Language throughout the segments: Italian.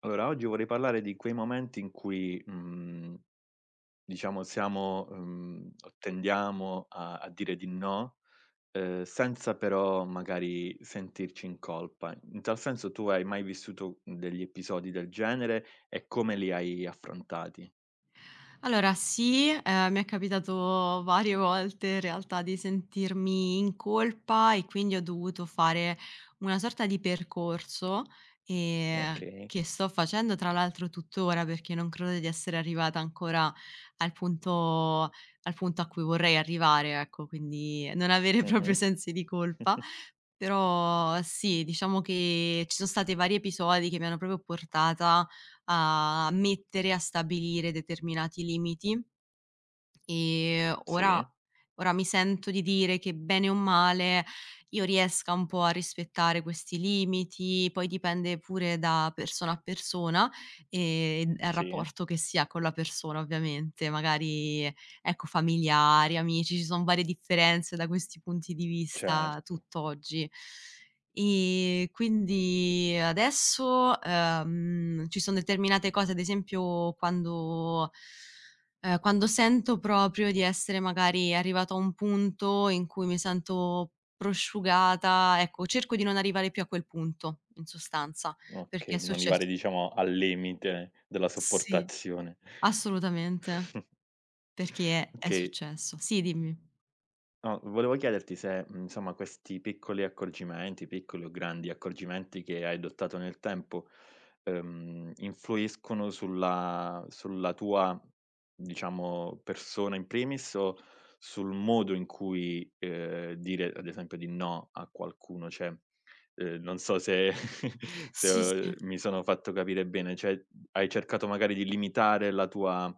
Allora, oggi vorrei parlare di quei momenti in cui, diciamo siamo tendiamo a dire di no, senza però magari sentirci in colpa. In tal senso tu hai mai vissuto degli episodi del genere e come li hai affrontati? Allora sì, mi è capitato varie volte in realtà di sentirmi in colpa e quindi ho dovuto fare una sorta di percorso, ehm, Okay. che sto facendo tra l'altro tuttora, perché non credo di essere arrivata ancora al punto al punto a cui vorrei arrivare, ecco, quindi non avere proprio Mh-mh. sensi di colpa. Però sì, diciamo che ci sono state vari episodi che mi hanno proprio portata a stabilire determinati limiti. Ehm, Sì, ora ora mi sento di dire che bene o male io riesca un po' a rispettare questi limiti, poi dipende pure da persona a persona e dal sì, rapporto che si ha con la persona ovviamente, magari ecco familiari, amici, ci son varie differenze da questi punti di vista certo. tutt'oggi. Quindi adesso, ci son determinate cose, ad esempio quando sento proprio di essere magari arrivata a un punto in cui mi sento prosciugata, ecco, cerco di non arrivare più a quel punto, in sostanza, perché Okay, è di non arrivare successo. diciamo al limite della Sì, sopportazione. assolutamente, perché è Okay. successo. Sì, dimmi. No, volevo chiederti se, insomma, questi piccoli accorgimenti, piccoli o grandi accorgimenti che hai adottato nel tempo, influiscono sulla tua, diciamo, persona in primis o sul modo in cui, dire ad esempio di no a qualcuno. Cioè, non so se se Sì, ho sì. mi sono fatto capire bene, cioè hai cercato magari di limitare la tua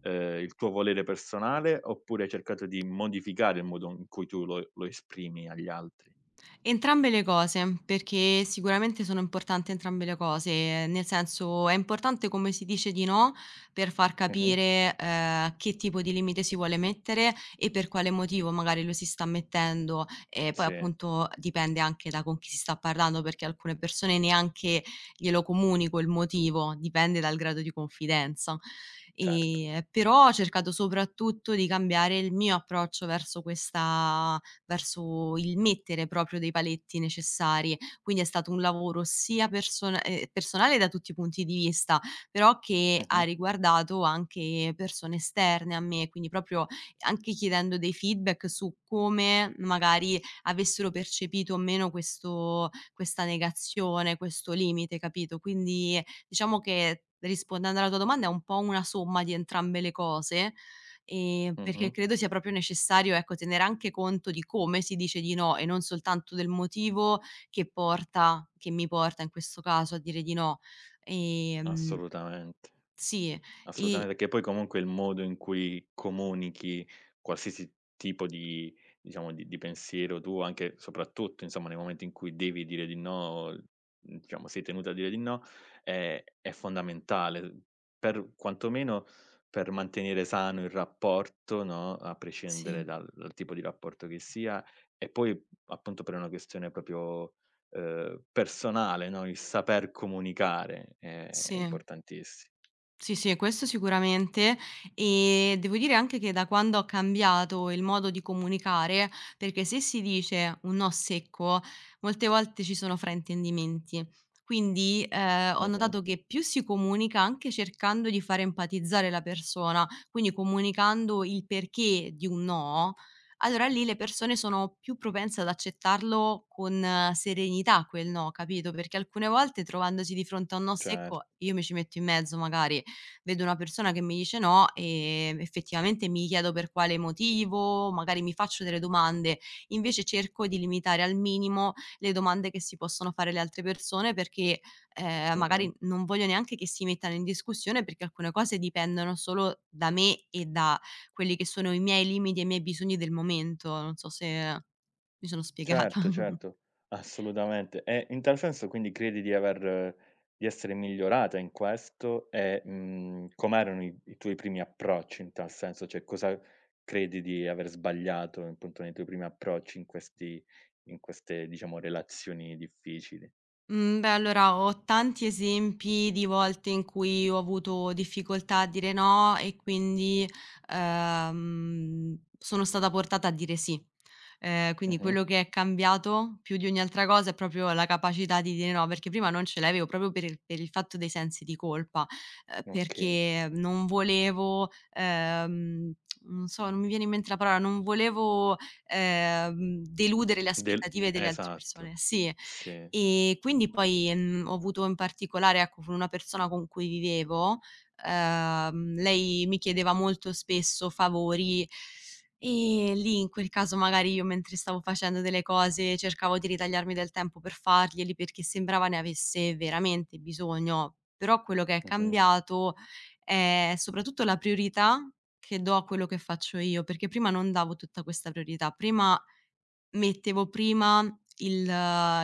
il tuo volere personale, oppure hai cercato di modificare il modo in cui tu lo esprimi agli altri? Entrambe le cose, perché sicuramente sono importanti entrambe le cose, nel senso è importante come si dice di no per far Mh-mh. capire, che tipo di limite si vuole mettere e per quale motivo magari lo si sta mettendo e poi Sì, appunto dipende anche da con chi si sta parlando, perché alcune persone neanche glielo comunico il motivo, dipende dal grado di confidenza. certo. Però ho cercato soprattutto di cambiare il mio approccio verso questa verso il mettere proprio dei paletti necessari. Quindi è stato un lavoro sia personale da tutti i punti di vista, però che ha Mh-mh, riguardato anche persone esterne a me, quindi proprio anche chiedendo dei feedback su come magari avessero percepito o meno questo questa negazione, questo limite, capito? Quindi diciamo che rispondendo alla tua domanda è un po' una somma di entrambe le cose. Mh-mh, Perché credo sia proprio necessario, ecco, tenere anche conto di come si dice di no e non soltanto del motivo che mi porta in questo caso a dire di no. Ehm, assolutamente. sì, Assolutamente, e perché poi comunque il modo in cui comunichi qualsiasi tipo di diciamo di pensiero tu, anche soprattutto insomma nei momenti in cui devi dire di no, diciamo sei tenuta a dire di no, è fondamentale per quantomeno per mantenere sano il rapporto, no, a sì, prescindere dal tipo di rapporto che sia, e poi appunto per una questione proprio, personale, no, il saper comunicare è sì. importantissi Sì, sì, questo sicuramente. E devo dire anche che da quando ho cambiato il modo di comunicare, perché se si dice un no secco, molte volte ci sono fraintendimenti. Quindi ho Mh-mh. notato che più si comunica anche cercando di far empatizzare la persona, quindi comunicando il perché di un no, allora lì le persone sono più propense ad accettarlo con serenità quel no, capito? Perché alcune volte trovandosi di fronte a un no Cer secco, io mi ci metto in mezzo magari vedo una persona che mi dice no, effettivamente mi chiedo per quale motivo, magari mi faccio delle domande. Invece cerco di limitare al minimo le domande che si possono fare le altre persone perché, mh-mh. magari non voglio neanche che si mettano in discussione perché alcune cose dipendono solo da me e da quelli che sono i miei limiti e i miei bisogni del momento. Non so se mi sono spiegata. Certo, certo, assolutamente. E in tal senso quindi credi di aver di essere migliorata in questo e, com'erano i tuoi primi approcci in tal senso? Cioè cosa credi di aver sbagliato, appunto, nei tuoi primi approcci in questi in queste, diciamo, relazioni difficili? Mhmm, beh, allora ho tanti esempi di volte in cui ho avuto difficoltà a dire no e quindi, sono stata portata a dire sì. Quindi Mh-mh. quello che è cambiato più di ogni altra cosa è proprio la capacità di dire no, perché prima non ce l'avevo proprio per il fatto dei sensi di colpa, Okay. perché non volevo, non so, non mi viene in mente la parola, non volevo, deludere le Del aspettative delle altre esatto. persone. Sì. Sì. E quindi poi, ho avuto in particolare, ecco, con una persona con cui vivevo, lei mi chiedeva molto spesso favori e lì in quel caso magari io mentre stavo facendo delle cose cercavo di ritagliarmi del tempo per farglieli perché sembrava ne avesse veramente bisogno. Però quello che è Mh-mh. cambiato è soprattutto la priorità che do a quello che faccio io, perché prima non davo tutta questa priorità. Prima Mettevo prima il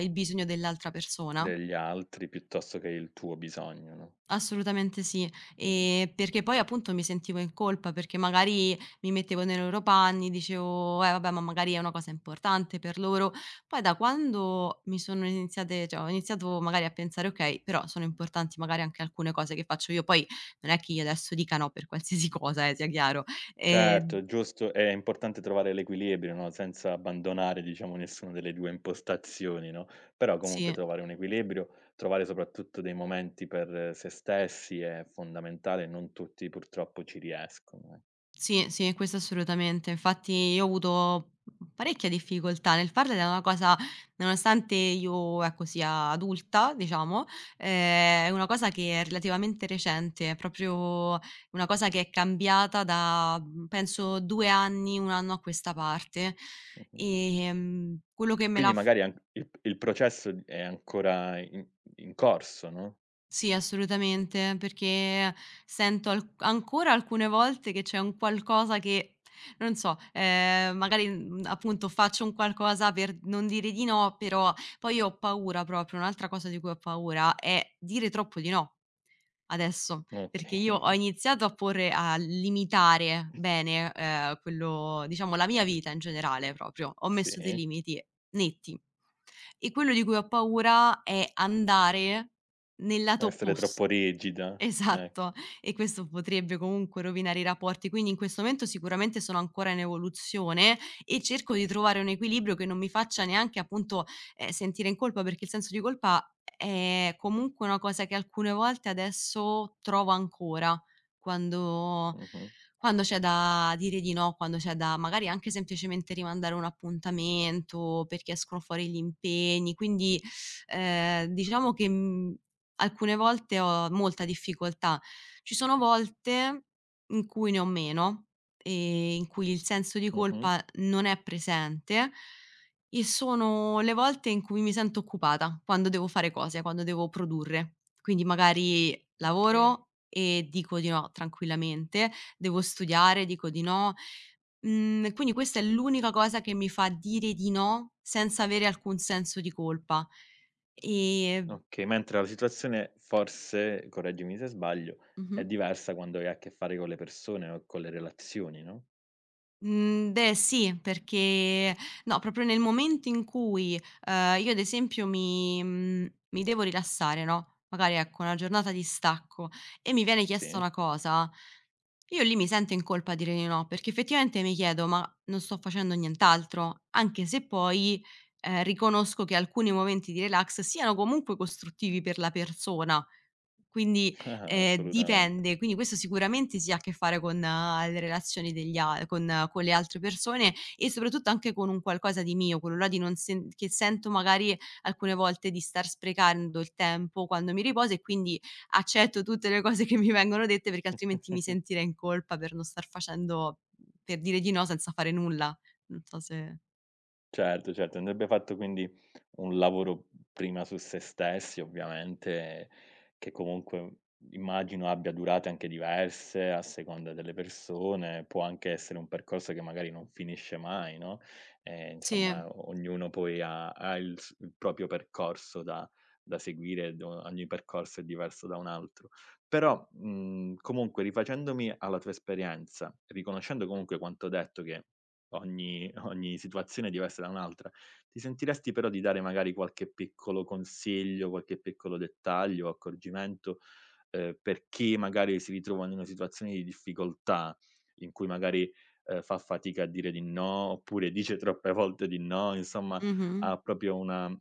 il bisogno dell'altra persona, Degli altri piuttosto che il tuo bisogno, no. assolutamente sì. Mh-mh. Perché poi appunto mi sentivo in colpa, perché magari mi mettevo nei loro panni, dicevo: "Eh vabbè, ma magari è una cosa importante per loro". Poi da quando mi sono iniziate cioè ho iniziato magari a pensare: "Okay, però sono importanti magari anche alcune cose che faccio io". Poi non è che io adesso dica no per qualsiasi cosa sia chiaro. Certo, Ehm è giusto, è importante trovare l'equilibrio, no, senza abbandonare, diciamo, nessuna delle 2 impostazioni, no, però comunque sì. trovare un equilibrio, trovare soprattutto dei momenti per se stessi è fondamentale, non tutti purtroppo ci riescono, eh. Sì, sì, questo assolutamente. Infatti io ho avuto parecchia difficoltà nel farla ed è una cosa nonostante io, ecco, sia adulta, diciamo, è una cosa che è relativamente recente, è proprio una cosa che è cambiata da, penso 2 anni, 1 anno a questa parte. Mh-mh. Quello che me Quindi l'ha f magari an il processo è ancora in in corso, no? Sì, assolutamente, perché sento al ancora alcune volte che c'è un qualcosa che, non so, magari, appunto faccio un qualcosa per non dire di no, però poi ho paura, proprio un'altra cosa di cui ho paura è dire troppo di no, adesso, perché io Okay, ho iniziato a limitare bene, quello diciamo la mia vita in generale proprio, ho messo dei sì, limiti netti. E quello di cui ho paura è andare nel lato non essere oppos troppo rigida, eh. esatto, e questo potrebbe comunque rovinare i rapporti. Quindi in questo momento sicuramente sono ancora in evoluzione e cerco di trovare un equilibrio che non mi faccia neanche appunto, sentire in colpa, perché il senso di colpa è comunque una cosa che alcune volte adesso trovo ancora quando Mh-mh, quando c'è da dire di no, quando c'è da magari anche semplicemente rimandare un appuntamento perché escono fuori gli impegni. Quindi, diciamo che, mhmm alcune volte ho molta difficoltà. Ci sono volte in cui ne ho meno e in cui il senso di mh-mh, colpa non è presente e sono le volte in cui mi sento occupata, quando devo fare cose, quando devo produrre. Quindi magari okay. lavoro e dico di no tranquillamente, devo studiare, dico di no. Quindi questa è l'unica cosa che mi fa dire di no senza avere alcun senso di colpa. E, Okay, mentre la situazione forse, correggimi se sbaglio, mh-mh. è diversa quando hai a che fare con le persone o con le relazioni, no? Mhmm, beh, sì, perché no, proprio nel momento in cui, io ad esempio mi devo rilassare, no, magari ecco una giornata di stacco e mi viene chiesta Sì? una cosa, io lì mi sento in colpa a dire di no, perché effettivamente mi chiedo: "Ma non sto facendo nient'altro?" Anche se poi, riconosco che alcuni momenti di relax siano comunque costruttivi per la persona. Quindi, Assolutamente. dipende. Quindi questo sicuramente sì ha a che fare con le relazioni degli al con le altre persone e soprattutto anche con un qualcosa di mio, quello là di non sen che sento magari alcune volte di star sprecando il tempo quando mi riposo e quindi accetto tutte le cose che mi vengono dette perché altrimenti mi sentirei in colpa per non star facendo per dire di no senza fare nulla. Non so se Certo, certo, andrebbe fatto quindi un lavoro prima su se stessi ovviamente, che comunque immagino abbia durate anche diverse a seconda delle persone, può anche essere un percorso che magari non finisce mai, no, sì. insomma ognuno poi ha il s il proprio percorso da da seguire, do ogni percorso è diverso da un altro. Però, comunque rifacendomi alla tua esperienza, riconoscendo comunque quanto detto che ogni ogni situazione è diversa da un'altra. Ti sentiresti però di dare magari qualche piccolo consiglio, qualche piccolo dettaglio o accorgimento, per chi magari si ritrova in una situazione di difficoltà, in cui magari, fa fatica a dire di no, oppure dice troppe volte di no, insomma Mh-mh. ha proprio una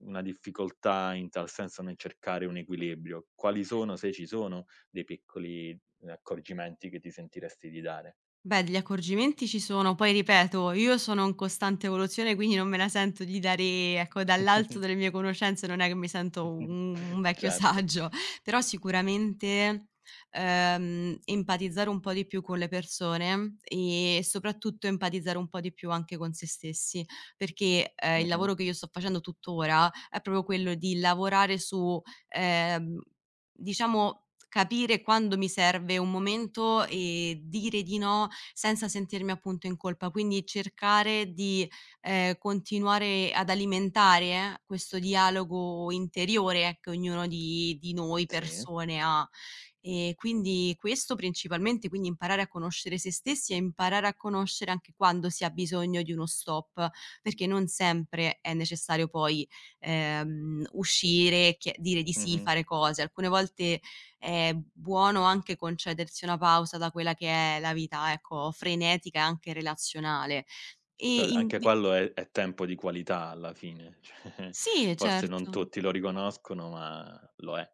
una difficoltà in tal senso nel cercare un equilibrio. Quali sono, se ci sono, dei piccoli, accorgimenti che ti sentiresti di dare? Beh, degli accorgimenti ci sono, poi ripeto, io sono in costante evoluzione, quindi non me la sento di dare, ecco, dall'alto delle mie conoscenze non è che mi sento un, un vecchio Certo. saggio, però sicuramente empatizzare un po' di più con le persone e soprattutto empatizzare un po' di più anche con se stessi, perché il Mh-mh. lavoro che io sto facendo tuttora è proprio quello di lavorare su, ehm, diciamo, capire quando mi serve un momento e dire di no senza sentirmi appunto in colpa, quindi cercare di, continuare ad alimentare questo dialogo interiore che ognuno di noi Sì. persone ha. E quindi questo principalmente, quindi imparare a conoscere se stessi e imparare a conoscere anche quando si ha bisogno di uno stop, perché non sempre è necessario poi, uscire, chie dire di sì, Mh-mh. fare cose. Alcune volte è buono anche concedersi una pausa da quella che è la vita, ecco, frenetica e anche relazionale. E Cioè inv anche quello è tempo di qualità alla fine, cioè Sì, forse non certo. tutti lo riconoscono, ma lo è.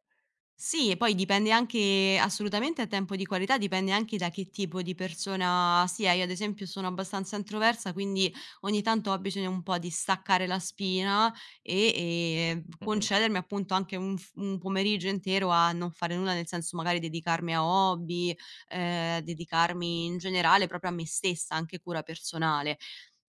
Sì, e poi dipende anche assolutamente a tempo di qualità, dipende anche da che tipo di persona si è. Io ad esempio sono abbastanza introversa, quindi ogni tanto ho bisogno un po' di staccare la spina e, e Mh-mh. concedermi appunto anche un pomeriggio intero a non fare nulla, nel senso magari dedicarmi a hobby, dedicarmi in generale proprio a me stessa, anche cura personale.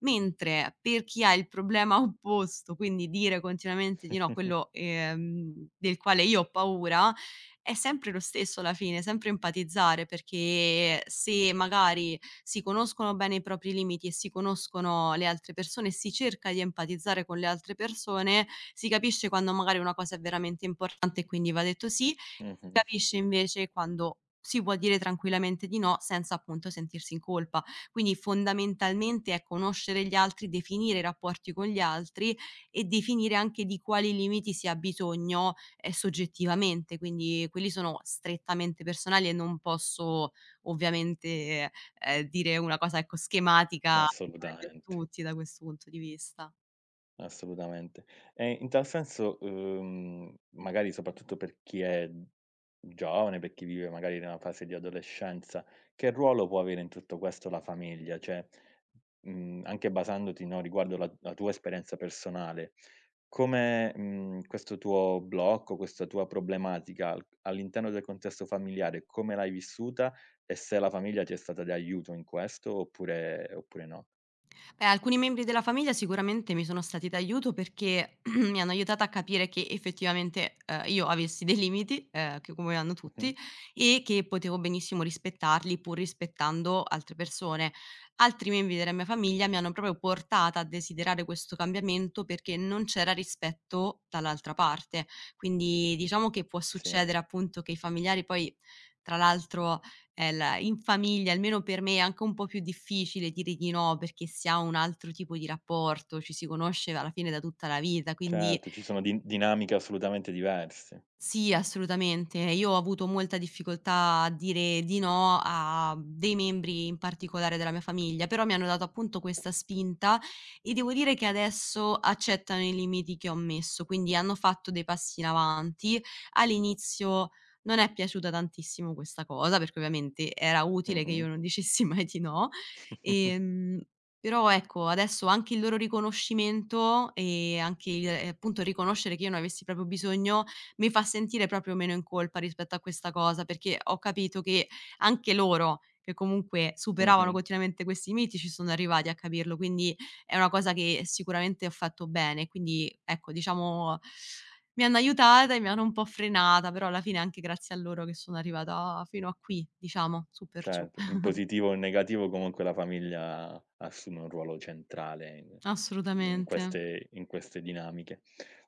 Mentre per chi ha il problema opposto, quindi dire continuamente di no, quello del quale io ho paura, è sempre lo stesso alla fine, sempre empatizzare, perché se magari si conoscono bene i propri limiti e si conoscono le altre persone e si cerca di empatizzare con le altre persone, si capisce quando magari una cosa è veramente importante e quindi va detto sì. Mh-mh. Capisce invece quando si può dire tranquillamente di no senza appunto sentirsi in colpa. Quindi fondamentalmente è conoscere gli altri, definire i rapporti con gli altri e definire anche di quali limiti si ha bisogno, soggettivamente, quindi quelli sono strettamente personali e non posso ovviamente, dire una cosa ecco schematica che vale per Assolutamente, tutti da questo punto di vista. assolutamente. E in tal senso, magari soprattutto per chi è giovane, per chi vive magari nella fase di adolescenza, che ruolo può avere in tutto questo la famiglia? Cioè, anche basandoti, no, riguardo la tua esperienza personale, come, questo tuo blocco, questa tua problematica al all'interno del contesto familiare, come l'hai vissuta e se la famiglia ti è stata d'aiuto in questo oppure oppure no. Beh, alcuni membri della famiglia sicuramente mi sono stati d'aiuto perché mi hanno aiutata a capire che effettivamente, io avessi dei limiti, che come hanno Mh-mh. tutti, e che potevo benissimo rispettarli pur rispettando altre persone. Altri membri della mia famiglia mi hanno proprio portata a desiderare questo cambiamento perché non c'era rispetto dall'altra parte. Quindi diciamo che può Sì, succedere appunto che i familiari poi tra l'altro è la in famiglia, almeno per me, è anche un po' più difficile dire di no, perché si ha un altro tipo di rapporto, ci si conosce alla fine da tutta la vita, quindi certo, ci sono din dinamiche assolutamente diverse. sì, assolutamente. Io ho avuto molta difficoltà a dire di no a dei membri in particolare della mia famiglia, però mi hanno dato appunto questa spinta e devo dire che adesso accettano i limiti che ho messo, quindi hanno fatto dei passi in avanti. All'inizio non è piaciuta tantissimo questa cosa, perché ovviamente era utile che Mh-mh. io non dicessi mai di no. Ehm, però ecco, adesso anche il loro riconoscimento e anche appunto riconoscere che io non avessi proprio bisogno mi fa sentire proprio meno in colpa rispetto a questa cosa, perché ho capito che anche loro, che comunque superavano Mh-mh. continuamente questi miti, ci sono arrivati a capirlo, quindi è una cosa che sicuramente ho fatto bene. Quindi ecco, diciamo mi hanno aiutata e mi hanno un po' frenata, però alla fine è anche grazie a loro che sono arrivata fino a qui, diciamo, su per giù. Certo, in positivo o in negativo comunque la famiglia assume un ruolo centrale in Assolutamente. In queste dinamiche.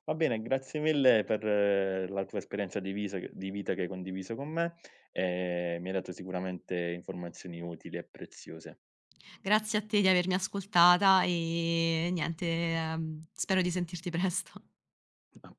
Va bene, grazie mille per la tua esperienza di visa di vita che hai condiviso con me, e mi hai dato sicuramente informazioni utili e preziose. Grazie a te di avermi ascoltata e niente, spero di sentirti presto. A